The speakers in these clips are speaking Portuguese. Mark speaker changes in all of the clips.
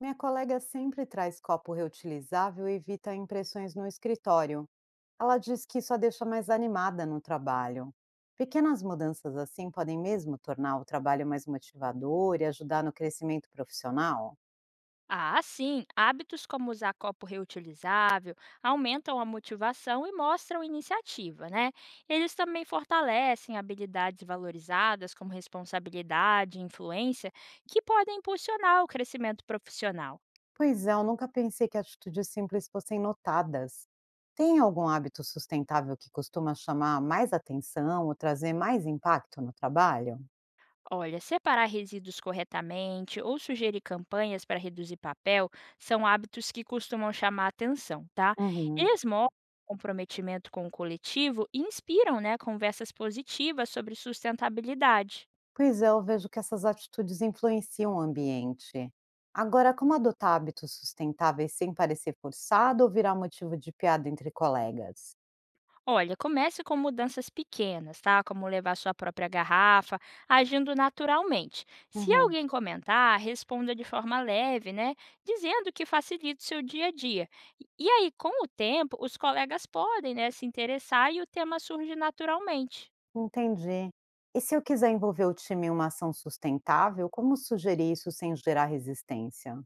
Speaker 1: Minha colega sempre traz copo reutilizável e evita impressões no escritório. Ela diz que isso a deixa mais animada no trabalho. Pequenas mudanças assim podem mesmo tornar o trabalho mais motivador e ajudar no crescimento profissional?
Speaker 2: Ah, sim! Hábitos como usar copo reutilizável aumentam a motivação e mostram iniciativa, né? Eles também fortalecem habilidades valorizadas como responsabilidade e influência, que podem impulsionar o crescimento profissional.
Speaker 1: Pois é, eu nunca pensei que atitudes simples fossem notadas. Tem algum hábito sustentável que costuma chamar mais atenção ou trazer mais impacto no trabalho?
Speaker 2: Olha, separar resíduos corretamente ou sugerir campanhas para reduzir papel são hábitos que costumam chamar atenção, tá?
Speaker 1: Uhum.
Speaker 2: Eles mostram comprometimento com o coletivo e inspiram, né, conversas positivas sobre sustentabilidade.
Speaker 1: Pois é, eu vejo que essas atitudes influenciam o ambiente. Agora, como adotar hábitos sustentáveis sem parecer forçado ou virar motivo de piada entre colegas?
Speaker 2: Olha, comece com mudanças pequenas, tá? Como levar sua própria garrafa, agindo naturalmente. Se
Speaker 1: Uhum,
Speaker 2: alguém comentar, responda de forma leve, né? Dizendo que facilita o seu dia a dia. E aí, com o tempo, os colegas podem, né, se interessar e o tema surge naturalmente.
Speaker 1: entendi. E se eu quiser envolver o time em uma ação sustentável, como sugerir isso sem gerar resistência?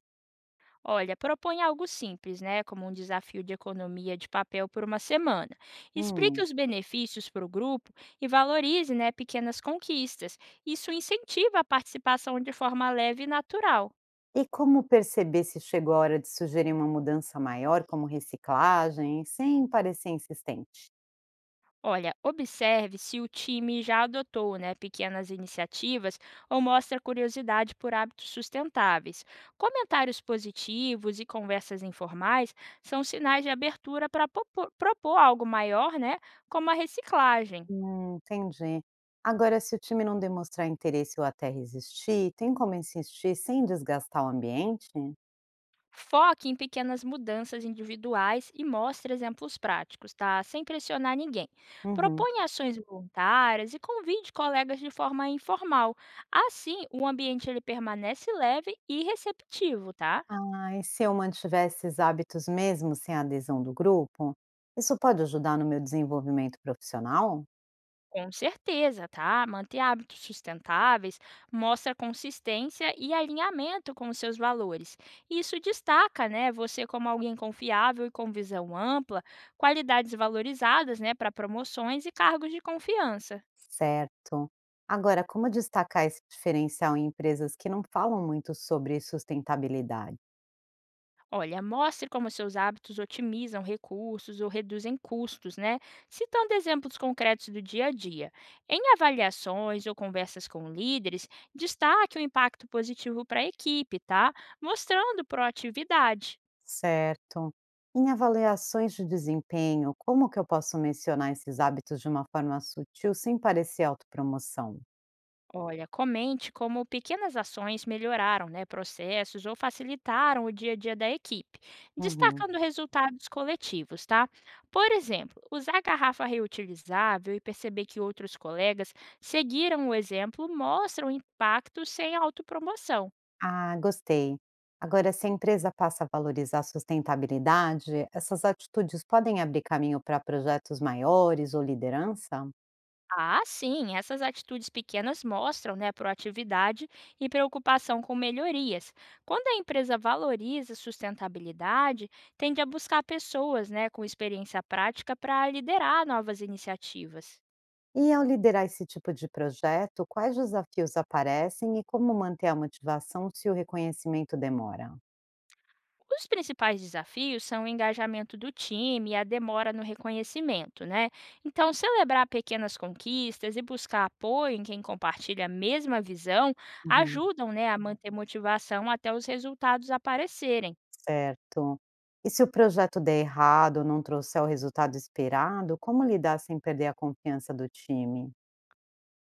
Speaker 2: Olha, propõe algo simples, né? Como um desafio de economia de papel por uma semana. Explique
Speaker 1: Hum.
Speaker 2: os benefícios para o grupo e valorize, né, pequenas conquistas. Isso incentiva a participação de forma leve e natural.
Speaker 1: E como perceber se chegou a hora de sugerir uma mudança maior, como reciclagem, sem parecer insistente?
Speaker 2: Olha, observe se o time já adotou, né, pequenas iniciativas ou mostra curiosidade por hábitos sustentáveis. Comentários positivos e conversas informais são sinais de abertura para propor algo maior, né, como a reciclagem.
Speaker 1: Entendi. Agora, se o time não demonstrar interesse ou até resistir, tem como insistir sem desgastar o ambiente?
Speaker 2: Foque em pequenas mudanças individuais e mostre exemplos práticos, tá? Sem pressionar ninguém.
Speaker 1: Uhum.
Speaker 2: Proponha ações voluntárias e convide colegas de forma informal. Assim, o ambiente ele permanece leve e receptivo, tá?
Speaker 1: Ah, e se eu mantiver esses hábitos mesmo sem a adesão do grupo, isso pode ajudar no meu desenvolvimento profissional?
Speaker 2: Com certeza, tá? Manter hábitos sustentáveis mostra consistência e alinhamento com os seus valores. Isso destaca, né, você como alguém confiável e com visão ampla, qualidades valorizadas, né, para promoções e cargos de confiança.
Speaker 1: Certo. Agora, como destacar esse diferencial em empresas que não falam muito sobre sustentabilidade?
Speaker 2: Olha, mostre como seus hábitos otimizam recursos ou reduzem custos, né? Citando exemplos concretos do dia a dia. Em avaliações ou conversas com líderes, destaque o impacto positivo para a equipe, tá? Mostrando proatividade.
Speaker 1: Certo. Em avaliações de desempenho, como que eu posso mencionar esses hábitos de uma forma sutil sem parecer autopromoção?
Speaker 2: Olha, comente como pequenas ações melhoraram, né, processos ou facilitaram o dia a dia da equipe,
Speaker 1: Uhum.
Speaker 2: destacando resultados coletivos, tá? Por exemplo, usar garrafa reutilizável e perceber que outros colegas seguiram o exemplo mostra o impacto sem autopromoção.
Speaker 1: Ah, gostei. Agora, se a empresa passa a valorizar a sustentabilidade, essas atitudes podem abrir caminho para projetos maiores ou liderança?
Speaker 2: Ah, sim, essas atitudes pequenas mostram, né, proatividade e preocupação com melhorias. Quando a empresa valoriza a sustentabilidade, tende a buscar pessoas, né, com experiência prática para liderar novas iniciativas.
Speaker 1: E ao liderar esse tipo de projeto, quais desafios aparecem e como manter a motivação se o reconhecimento demora?
Speaker 2: Os principais desafios são o engajamento do time e a demora no reconhecimento, né? Então, celebrar pequenas conquistas e buscar apoio em quem compartilha a mesma visão
Speaker 1: Uhum.
Speaker 2: ajudam, né, a manter motivação até os resultados aparecerem.
Speaker 1: Certo. E se o projeto der errado ou não trouxer o resultado esperado, como lidar sem perder a confiança do time?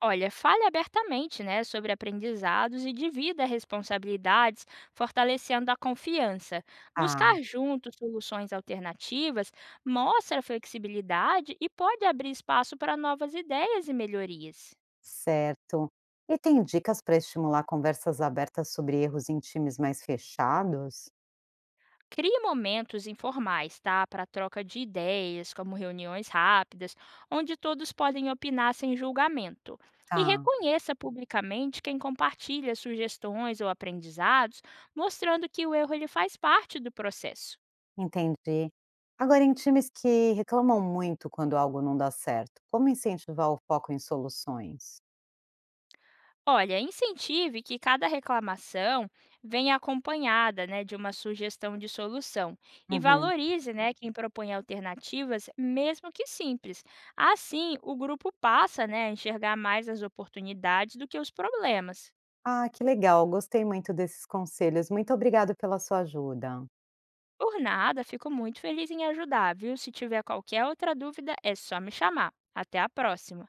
Speaker 2: Olha, fale abertamente, né, sobre aprendizados e divida responsabilidades, fortalecendo a confiança.
Speaker 1: Ah,
Speaker 2: Buscar juntos soluções alternativas mostra flexibilidade e pode abrir espaço para novas ideias e melhorias.
Speaker 1: certo. E tem dicas para estimular conversas abertas sobre erros em times mais fechados?
Speaker 2: Crie momentos informais, tá? Para troca de ideias, como reuniões rápidas, onde todos podem opinar sem julgamento. E
Speaker 1: Tá,
Speaker 2: reconheça publicamente quem compartilha sugestões ou aprendizados, mostrando que o erro ele faz parte do processo.
Speaker 1: entendi. Agora, em times que reclamam muito quando algo não dá certo, como incentivar o foco em soluções?
Speaker 2: Olha, incentive que cada reclamação venha acompanhada, né, de uma sugestão de solução e
Speaker 1: Uhum.
Speaker 2: valorize, né, quem propõe alternativas, mesmo que simples. Assim, o grupo passa, né, a enxergar mais as oportunidades do que os problemas.
Speaker 1: Ah, que legal, gostei muito desses conselhos. Muito obrigado pela sua ajuda.
Speaker 2: Por nada, fico muito feliz em ajudar, viu? Se tiver qualquer outra dúvida, é só me chamar. Até a próxima.